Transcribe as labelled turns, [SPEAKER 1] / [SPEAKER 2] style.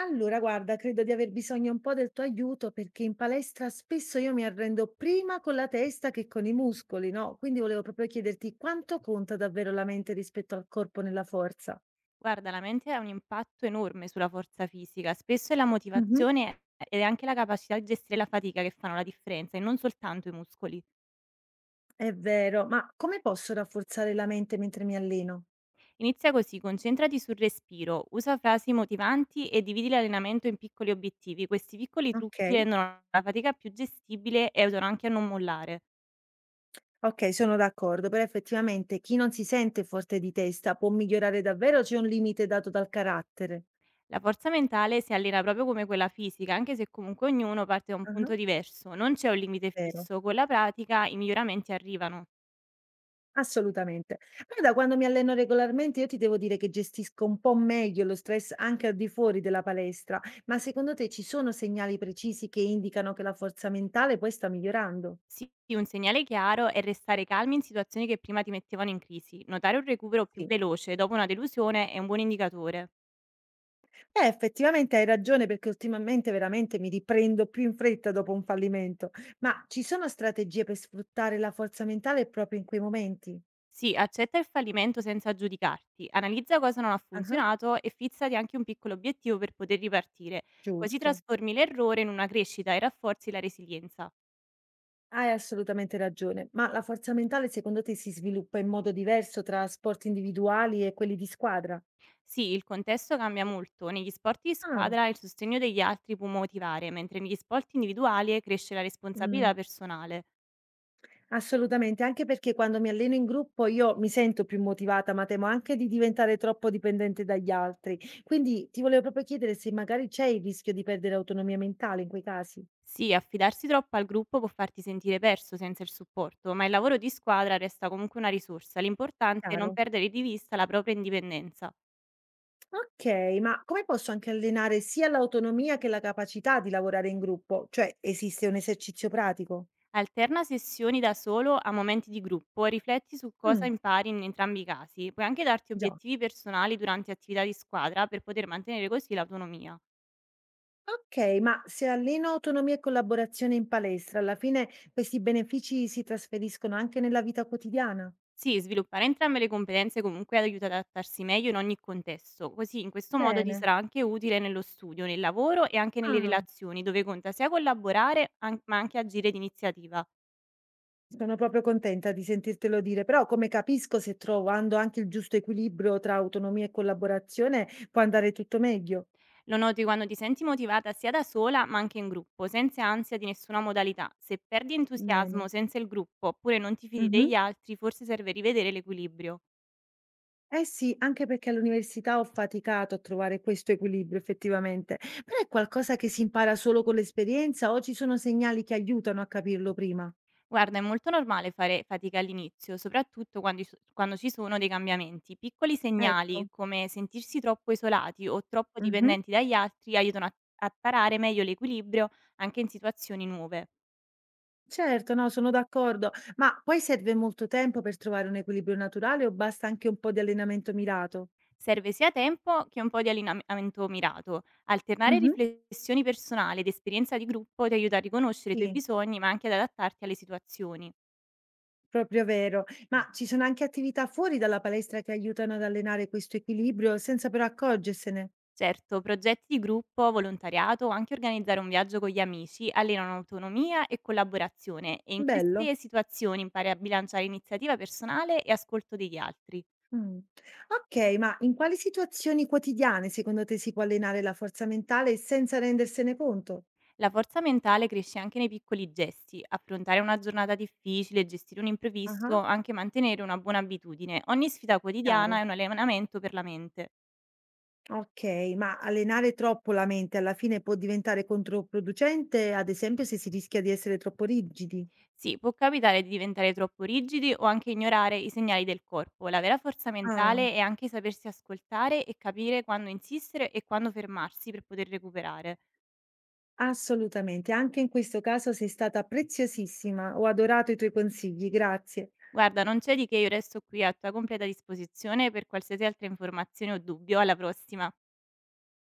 [SPEAKER 1] Allora, guarda, credo di aver bisogno un po' del tuo aiuto perché in palestra spesso io mi arrendo prima con la testa che con i muscoli, no? Quindi volevo proprio chiederti quanto conta davvero la mente rispetto al corpo nella forza.
[SPEAKER 2] Guarda, la mente ha un impatto enorme sulla forza fisica, spesso è la
[SPEAKER 1] Mhm.
[SPEAKER 2] motivazione ed è anche la capacità di gestire la fatica che fanno la differenza e non soltanto i muscoli.
[SPEAKER 1] È vero, ma come posso rafforzare la mente mentre mi alleno?
[SPEAKER 2] Inizia così, concentrati sul respiro, usa frasi motivanti e dividi l'allenamento in piccoli obiettivi. Questi piccoli
[SPEAKER 1] Ok.
[SPEAKER 2] trucchi rendono la fatica più gestibile e aiutano anche a non mollare.
[SPEAKER 1] Ok, sono d'accordo, però effettivamente chi non si sente forte di testa può migliorare davvero, o c'è un limite dato dal carattere.
[SPEAKER 2] La forza mentale si allena proprio come quella fisica, anche se comunque ognuno parte da un
[SPEAKER 1] Ah,
[SPEAKER 2] punto diverso, non c'è un limite
[SPEAKER 1] vero.
[SPEAKER 2] fisso, con la pratica i miglioramenti arrivano.
[SPEAKER 1] Assolutamente. Guarda, quando mi alleno regolarmente, io ti devo dire che gestisco un po' meglio lo stress anche al di fuori della palestra, ma secondo te ci sono segnali precisi che indicano che la forza mentale poi sta migliorando?
[SPEAKER 2] Sì, un segnale chiaro è restare calmi in situazioni che prima ti mettevano in crisi. Notare un recupero più
[SPEAKER 1] Sì.
[SPEAKER 2] veloce dopo una delusione è un buon indicatore.
[SPEAKER 1] Effettivamente hai ragione perché ultimamente veramente mi riprendo più in fretta dopo un fallimento, ma ci sono strategie per sfruttare la forza mentale proprio in quei momenti?
[SPEAKER 2] Sì, accetta il fallimento senza giudicarti, analizza cosa non ha
[SPEAKER 1] Ah,
[SPEAKER 2] funzionato e fissati anche un piccolo obiettivo per poter ripartire, così
[SPEAKER 1] giusto.
[SPEAKER 2] trasformi l'errore in una crescita e rafforzi la resilienza.
[SPEAKER 1] Hai assolutamente ragione, ma la forza mentale secondo te si sviluppa in modo diverso tra sport individuali e quelli di squadra?
[SPEAKER 2] Sì, il contesto cambia molto, negli sport di
[SPEAKER 1] Ah,
[SPEAKER 2] squadra il sostegno degli altri può motivare, mentre negli sport individuali cresce la responsabilità
[SPEAKER 1] mm,
[SPEAKER 2] personale.
[SPEAKER 1] assolutamente, anche perché quando mi alleno in gruppo io mi sento più motivata, ma temo anche di diventare troppo dipendente dagli altri. Quindi ti volevo proprio chiedere se magari c'è il rischio di perdere autonomia mentale in quei casi.
[SPEAKER 2] Sì, affidarsi troppo al gruppo può farti sentire perso senza il supporto, ma il lavoro di squadra resta comunque una risorsa. L'importante è non
[SPEAKER 1] Chiaro.
[SPEAKER 2] perdere di vista la propria indipendenza.
[SPEAKER 1] Ok, ma come posso anche allenare sia l'autonomia che la capacità di lavorare in gruppo? Cioè, esiste un esercizio pratico?
[SPEAKER 2] Alterna sessioni da solo a momenti di gruppo e rifletti su cosa
[SPEAKER 1] Mm,
[SPEAKER 2] impari in entrambi i casi. Puoi anche darti
[SPEAKER 1] già.
[SPEAKER 2] obiettivi personali durante attività di squadra per poter mantenere così l'autonomia.
[SPEAKER 1] Okay, ma se alleno autonomia e collaborazione in palestra, alla fine questi benefici si trasferiscono anche nella vita quotidiana?
[SPEAKER 2] Sì, sviluppare entrambe le competenze comunque aiuta ad adattarsi meglio in ogni contesto, così in questo modo ti
[SPEAKER 1] Bene.
[SPEAKER 2] sarà anche utile nello studio, nel lavoro e anche nelle
[SPEAKER 1] Ah,
[SPEAKER 2] relazioni, dove conta sia ma anche agire d'iniziativa.
[SPEAKER 1] sono proprio contenta di sentirtelo dire, però come capisco se trovando anche il giusto equilibrio tra autonomia e collaborazione può andare tutto meglio?
[SPEAKER 2] Lo noti quando ti senti motivata sia da sola ma anche in gruppo, senza ansia di nessuna modalità. Se perdi entusiasmo
[SPEAKER 1] Bene.
[SPEAKER 2] senza il gruppo oppure non ti fidi
[SPEAKER 1] Mh-mh.
[SPEAKER 2] degli altri, forse serve rivedere l'equilibrio.
[SPEAKER 1] Eh sì, anche perché all'università ho faticato a trovare questo equilibrio effettivamente, però è qualcosa che si impara solo con l'esperienza o ci sono segnali che aiutano a capirlo prima?
[SPEAKER 2] Guarda, è molto normale fare fatica all'inizio, soprattutto quando ci sono dei cambiamenti. Piccoli
[SPEAKER 1] Ecco.
[SPEAKER 2] segnali come sentirsi troppo isolati o troppo
[SPEAKER 1] Mh-mh.
[SPEAKER 2] dipendenti dagli altri aiutano a tarare meglio l'equilibrio anche in situazioni nuove.
[SPEAKER 1] Certo, no, sono d'accordo. Ma poi serve molto tempo per trovare un equilibrio naturale o basta anche un po' di allenamento mirato?
[SPEAKER 2] Serve sia tempo che un po' di allineamento mirato. Alternare
[SPEAKER 1] Mhm.
[SPEAKER 2] riflessioni personali ed esperienza di gruppo ti aiuta a riconoscere i tuoi
[SPEAKER 1] Sì,
[SPEAKER 2] bisogni, ma anche ad adattarti alle situazioni.
[SPEAKER 1] proprio vero. Ma ci sono anche attività fuori dalla palestra che aiutano ad allenare questo equilibrio senza però accorgersene.
[SPEAKER 2] Certo, progetti di gruppo, volontariato o anche organizzare un viaggio con gli amici allenano autonomia e collaborazione e in
[SPEAKER 1] Bello.
[SPEAKER 2] queste situazioni impari a bilanciare iniziativa personale e ascolto degli altri.
[SPEAKER 1] Mm. Ok, ma in quali situazioni quotidiane secondo te si può allenare la forza mentale senza rendersene conto?
[SPEAKER 2] La forza mentale cresce anche nei piccoli gesti, affrontare una giornata difficile, gestire un imprevisto,
[SPEAKER 1] Ah.
[SPEAKER 2] anche mantenere una buona abitudine. Ogni sfida quotidiana
[SPEAKER 1] Chiaro.
[SPEAKER 2] è un allenamento per la mente.
[SPEAKER 1] Okay, ma allenare troppo la mente alla fine può diventare controproducente, ad esempio se si rischia di essere troppo rigidi?
[SPEAKER 2] Sì, può capitare di diventare troppo rigidi o anche ignorare i segnali del corpo. La vera forza
[SPEAKER 1] Ah,
[SPEAKER 2] mentale è anche sapersi ascoltare e capire quando insistere e quando fermarsi per poter recuperare.
[SPEAKER 1] assolutamente. Anche in questo caso sei stata preziosissima. Ho adorato i tuoi consigli, grazie.
[SPEAKER 2] Guarda, non c'è di che, io resto qui a tua completa disposizione per qualsiasi altra informazione o dubbio. Alla prossima.